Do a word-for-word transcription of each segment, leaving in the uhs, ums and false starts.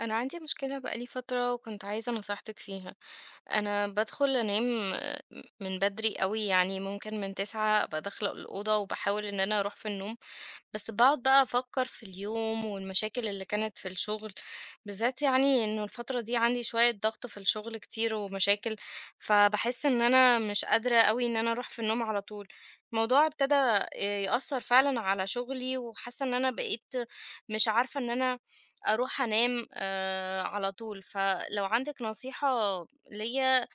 أنا عندي مشكلة بقى لي فترة وكنت عايزة نصيحتك فيها. أنا بادخل أنام آه، من بدري أوي، يعني ممكن من تسعة أبقى داخلة الأوضة وباحاول إن أنا أروح في النوم، بس باقعد بقى أفكر في اليوم والمشاكل اللي كانت في الشغل، بالذات يعني إنه الفترة دي عندي شوية ضغط في الشغل كتير ومشاكل، فباحس إن أنا مش قادرة أوي إن أنا أروح في النوم على طول. الموضوع ابتدى آه، يأثر فعلًا على شغلي وحاسة إن أنا بقيت مش عارفة إن أنا أروح أنام آآ على طول، فلو عندِك نصيحة ليّا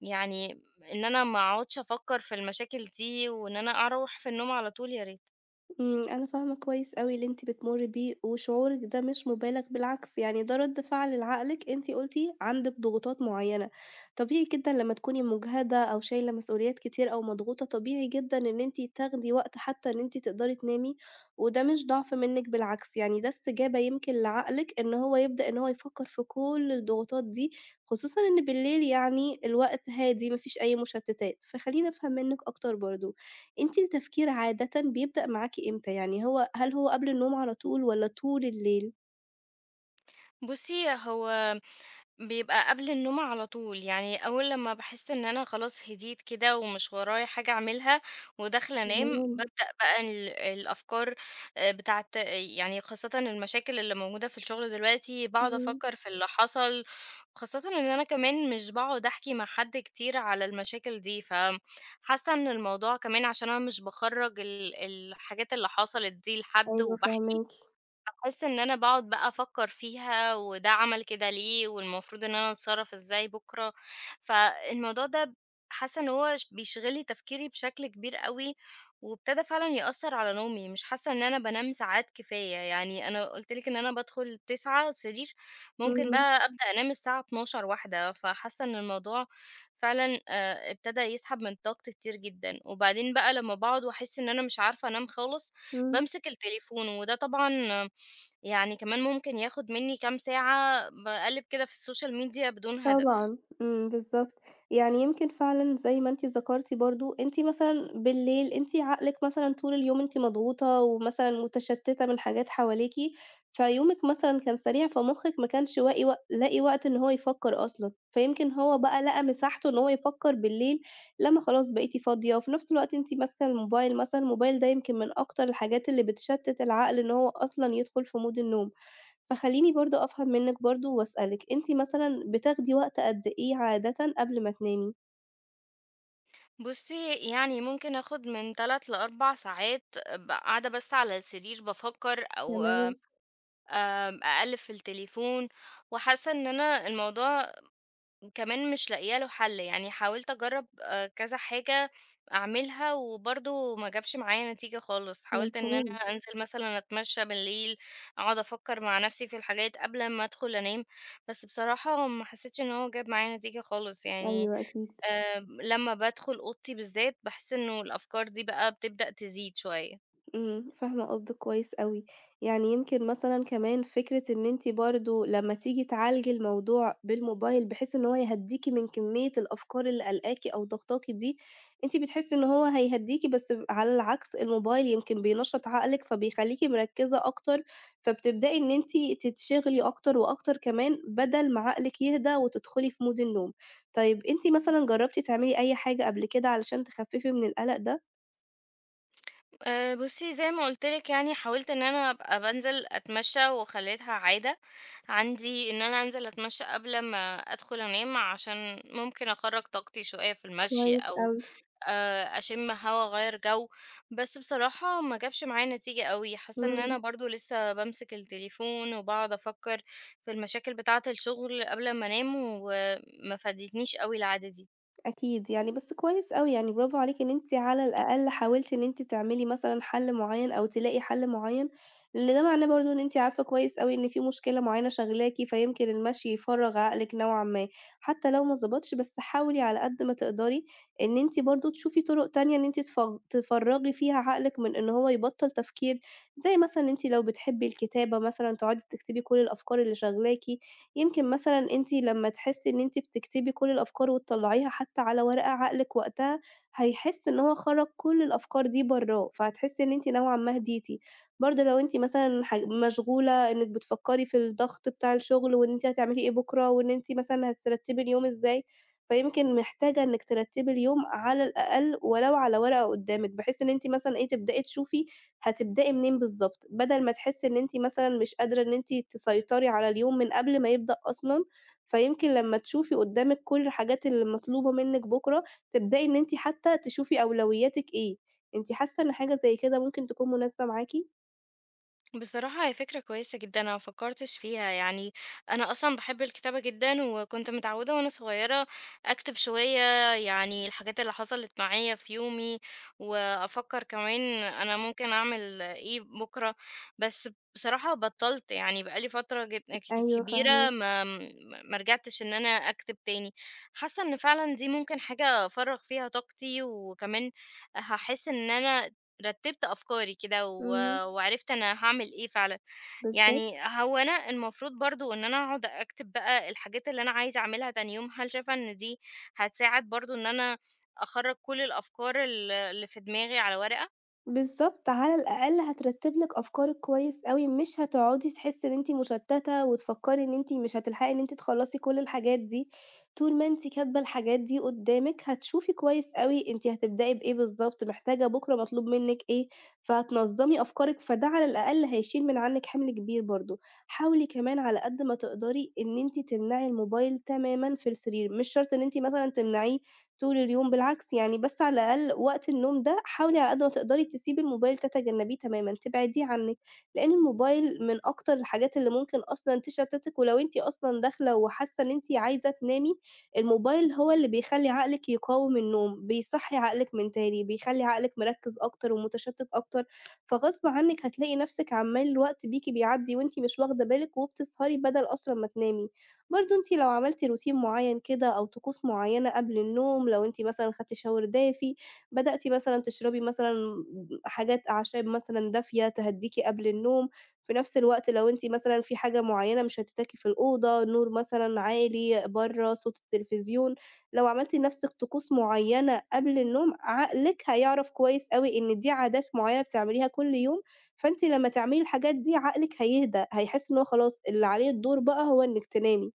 يعني إن أنا ما أقعدش أفكّر في المشاكل دي وإن أنا أروح في النوم على طول يا ريت. إمم، أنا فاهمة كويس أوي اللي أنتِ بتمُرّي بيه، وشعورِك ده مش مُبالغ بالعكس، يعني ده رَد فعل لعقلِك، أنتِ قُلتِ عندِك ضغوطات معيّنة، طبيعي جدًا لمّا تكوني مُجهدة أو شايلة مسؤوليات كتير أو مضغوطة، طبيعي جدًا إن أنتِ تاخدي وقت حتى إن أنتِ تقدري تنامي، وده مش ضعف منِّك بالعكس، يعني ده استجابة يمكن لعقلِك إن هو يبدأ إن هو يفكّر في كل الضغوطات دي، خصوصًا إن بالليل يعني الوقت هادي ما فيش أي مُشتّتات، فخلّيني أفهم منِّك أكتر برضه. أنتِ التفكير عادةً بيبدأ معاكِ إمتى؟ يعني هو هل هو قبل النوم على طول والّا طول الليل؟ بُصّي، هو بيبقى قبل النوم على طول، يعني اول لما بحس ان انا خلاص هديت كده ومش ورايا حاجة اعملها وداخلة انام النوم، ببدأ بقى ال- الافكار آه، بتاعت، يعني خاصة المشاكل اللي موجودة في الشغل دلوقتي، بقعد إمم. افكر في اللي حصل، خاصة ان انا كمان مش بقعد احكي مع حد كتير على المشاكل دي، فحاسة ان الموضوع كمان عشان انا مش بخرج ال- الحاجات اللي حصلت دي لحد أيوه وبحكي. فاهماكِ. باحس إن أنا باقعد بقى أفكّر فيها وده عمل كده ليه، والمفروض إن أنا أتصرّف إزاي بُكرة، فالموضوع ده حاسة إن هو ش بيشغل لي تفكيري بشكل كبير أوي، وابتدى فعلًا يأثّر على نومي، مش حاسة إن أنا بانام ساعات كفاية، يعني أنا قُلت لِك إن أنا بادخل تسعة السرير، ممكن إمم، بقى أبدأ أنام الساعة اتناشر، واحدة، فحاسة إن الموضوع فعلًا آآ، ابتدى يسحب من طاقتي كتير جدًا، وبعدين بقى لمّا باقعد وأحس إن أنا مش عارفة أنام خالص، إمم. بامسك التليفون، وده طبعًا يعني كمان ممكن ياخد مني كام ساعة باقلِّب كده في السوشيال ميديا بدون هدف. طبعًا، إمم، بالضبط، يعني يمكن فعلًا زي ما أنتِ ذكرتِ برضه، أنتِ مثلًا بالليل أنتِ عقلِك مثلًا طول اليوم أنتِ مضغوطة ومثلًا متشتتة من حاجات حواليكِ، فيومِك مثلًا كان سريع، فمخِّك ما كانش واقي وق لاقي وقت إن هو يفكّر أصلًا، فيمكن هو بقى لقى مساحته إن هو يفكّر بالليل لمّا خلاص بقيتِ فاضية، وفي نفس الوقت أنتِ ماسكة الموبايل مثلًا، الموبايل ده يمكن من أكتر الحاجات اللي بتشتت العقل إن هو أصلًا يدخل في مود النوم. فخلّيني برضه أفهم منِّك برضه وأسألِك، أنتِ مثلًا بتاخدي وقت قد إيه عادةً قبل ما تنامي؟ بُصّي، يعني ممكن آخد من ثلاث لأربع ساعات ب قاعدة بس على السرير بافكّر أو تمام، آآ أقلِّب في التليفون، وحاسّة إن أنا الموضوع وكمان مش لاقية له حل، يعني حاولت أجرب آه، كذا حاجة أعملها وبرضه ما جابش معايا نتيجة خالص، حاولت إن أنا مفهوم، أنزل مثلا أتمشى بالليل، أقعد أفكر مع نفسي في الحاجات قبل ما أدخل أنام، بس بصراحة ما حسيتش إن هو جاب معايا نتيجة خالص، يعني أيوه أكيد. آه، لما بدخل أوضتي بالذات بحس إنه الأفكار دي بقى بتبدأ تزيد شوية. إمم، فاهمة قصدِك كويس أوي، يعني يمكن مثلًا كمان فكرة إن أنتِ برضه لمّا تيجي تعالجي الموضوع بالموبايل، بحيث إن هو يهدّيكِ من كمية الأفكار اللي قالقاكِ أو ضاغطاكِ دي، أنتِ بتحسّي إن هو هيهدّيكِ بس ب على العكس الموبايل يمكن بينشّط عقلِك، فبيخلّيكِ مركّزة أكتر، فبتبدئي إن أنتِ تتشغلي أكتر وأكتر كمان، بدل ما عقلِك يهدى وتدخلي في mood النوم. طيب أنتِ مثلًا جرّبتِ تعملي أي حاجة قبل كده علشان تخفّفي من القلق ده؟ آآ بُصّي، زي ما قُلت لِك يعني حاولت إن أنا أبقى بانزل أتمشّى وخلّيتها عادة عندي إن أنا أنزل أتمشّى قبل ما أدخل أنام، عشان ممكن أخرّج طاقتي شوية في المشي كويس أو أوي، آآ أشم هوا أغيّر جو، بس بصراحة ما جابش معايا نتيجة أوي، حاسة إن أنا إمم. برضه لسه بامسك التليفون وباقعد أفكّر في المشاكل بتاعة الشغل قبل ما أنام، وما فادتنيش أوي العادة دي. أكيد، يعني بس كويس أوي، يعني برافو عليكِ إن أنتِ على الأقل حاولتِ إن أنتِ تعملي مثلًا حل معيّن أو تلاقي حل معيّن، لإن ده معناه برضه إن أنتِ عارفة كويس أوي إن في مشكلة معيّنة شاغلاكِ، فيمكن المشي يفرّغ عقلِك نوعًا ما، حتى لو ما ضبطش بس حاولي على قد ما تقدري إن أنتِ برضه تشوفي طرق تانية إن أنتِ تفغ تفرّغي فيها عقلِك من إن هو يبطّل تفكير، زي مثلًا إن أنتِ لو بتحبي الكتابة مثلًا تقعدي تكتبي كل الأفكار اللي شاغلاكِ، يمكن مثلًا أنتِ لمّا تحسّي إن أنتِ بتكتبي كل الأفكار وتطلّعيها حتى على ورقة، عقلِك وقتها هيحس إن هو خرّج كل الأفكار دي برّاه، فهتحسّي إن أنتِ نوعًا ما هديتِ. برضه لو أنتِ مثلًا ح مشغولة إنِّك بتفكّري في الضغط بتاع الشغل وإن أنتِ هتعملي إيه بُكرة وإن أنتِ مثلًا هترتّبي اليوم إزاي، فيمكن محتاجة إنِّك ترتّبي اليوم على الأقل ولو على ورقة قُدّامِك، بحيث إن أنتِ مثلًا إيه، تبدئي تشوفي هتبدئي منين بالضبط، بدل ما تحسّي إن أنتِ مثلًا مش قادرة إن أنتِ تسيطري على اليوم من قبل ما يبدأ أصلًا، فيمكن لمّا تشوفي قدّامِك كل الحاجات اللي مطلوبة منِّك بُكرة، تبدئي إن أنتِ حتى تشوفي أولوياتِك إيه، أنتِ حاسة إن حاجة زي كده ممكن تكون مناسبة معاكِ؟ بصراحة هي فكرة كويسة جدًا، أنا ما فكّرتش فيها، يعني أنا أصلًا باحب الكتابة جدًا، وكنت متعودة وأنا صغيّرة أكتب شوية يعني الحاجات اللي حصلت معايا في يومي، وأفكّر كمان أنا ممكن أعمل إيه بُكرة، بس بصراحة بطّلت، يعني بقى لي فترة جد كت أيوه كبيرة فاهماكِ، ما ما رجعتش إن أنا أكتب تاني، حاسّة إن فعلًا دي ممكن حاجة أفرّغ فيها طاقتي، وكمان هاحس إن أنا رتّبت أفكاري كده و إمم، وعرفت أنا هاعمل إيه فعلًا، بالضبط. يعني هو أنا المفروض برضه إن أنا أقعد أكتب بقى الحاجات اللي أنا عايزة أعملها تاني يوم، هل شايفة إن دي هتساعد برضه إن أنا أخرّج كل الأفكار ال اللي في دماغي على ورقة؟ بالضبط، على الأقل هترتّب لِك أفكارِك كويس أوي، مش هتقعدي تحسّي إن أنتِ مشتّتة وتفكّري إن أنتِ مش هتلحقي إن أنتِ تخلّصي كل الحاجات دي، طول ما أنتِ كاتبة الحاجات دي قدّامِك هتشوفي كويس أوي أنتِ هتبدئي بإيه بالضبط، محتاجة بُكرة مطلوب منِّك إيه، فهتنظّمي أفكارِك، فده على الأقل هيشيل من عنِّك حِمل كبير برضه. حاولي كمان على قد ما تقدري إن أنتِ تمنعي الموبايل تمامًا في السرير، مش شرط إن أنتِ مثلًا تمنعيه طول اليوم، بالعكس يعني بس على الأقل وقت النوم ده حاولي على قد ما تقدري تسيبي الموبايل تتجنبيه تمامًا، تبعديه عنِّك، لإن الموبايل من أكتر الحاجات اللي ممكن أصلًا تشتتِك، ولو أنتِ أصلًا داخلة وحاسة إن أنتِ عايزة تنامي، الموبايل هو اللي بيخلّي عقلِك يقاوم النوم، بيصحّي عقلِك من تاني، بيخلّي عقلِك مركّز أكتر ومتشتت أكتر، فغصب عنِّك هتلاقي نفسِك عمّال الوقت بيكِ بيعدّي وأنتِ مش واخدة بالِك، وبتسهري بدل أصلًا ما تنامي. برضه أنتِ لو عملتِ روتين معيّن كده أو طقوس معيّنة قبل النوم، لو أنتِ مثلًا خدتِ shower دافي، بدأتِ مثلًا تشربي مثلًا حاجات أعشاب مثلًا دافية تهدّيكِ قبل النوم، في نفس الوقت لو أنتِ مثلًا في حاجة معيّنة مشتتاكِ في الأوضة، نور مثلًا عالي، برّه صوت التلفزيون، لو عملتِ لنفسِك طقوس معيّنة قبل النوم، عقلِك هيعرف كويس أوي إن دي عادات معيّنة بتعمليها كل يوم، فأنتِ لمّا تعملي الحاجات دي عقلِك هيهدى، هيحس إن هو خلاص اللي عليه الدور بقى هو إنِّك تنامي.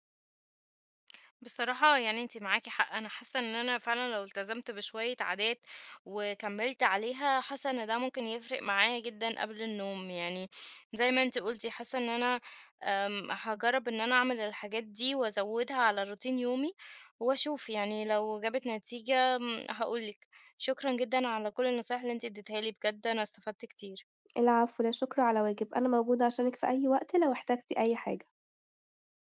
بصراحة يعني انتي معاكي حق، انا حاسة ان انا فعلا لو التزمت بشوية عادات وكملت عليها، حاسة ان ده ممكن يفرق معايا جدا قبل النوم، يعني زي ما انتي قلتي، حاسة ان انا أم، هجرب ان انا اعمل الحاجات دي وازودها على روتين يومي واشوف، يعني لو جابت نتيجة م، هقولك. شكرا جدا على كل النصايح اللي انتي اديتها لي، بجد انا استفدت كتير. العفو، لا شكر على واجب، أنا موجودة عشانِك في أي وقت لو احتجتِ أي حاجة.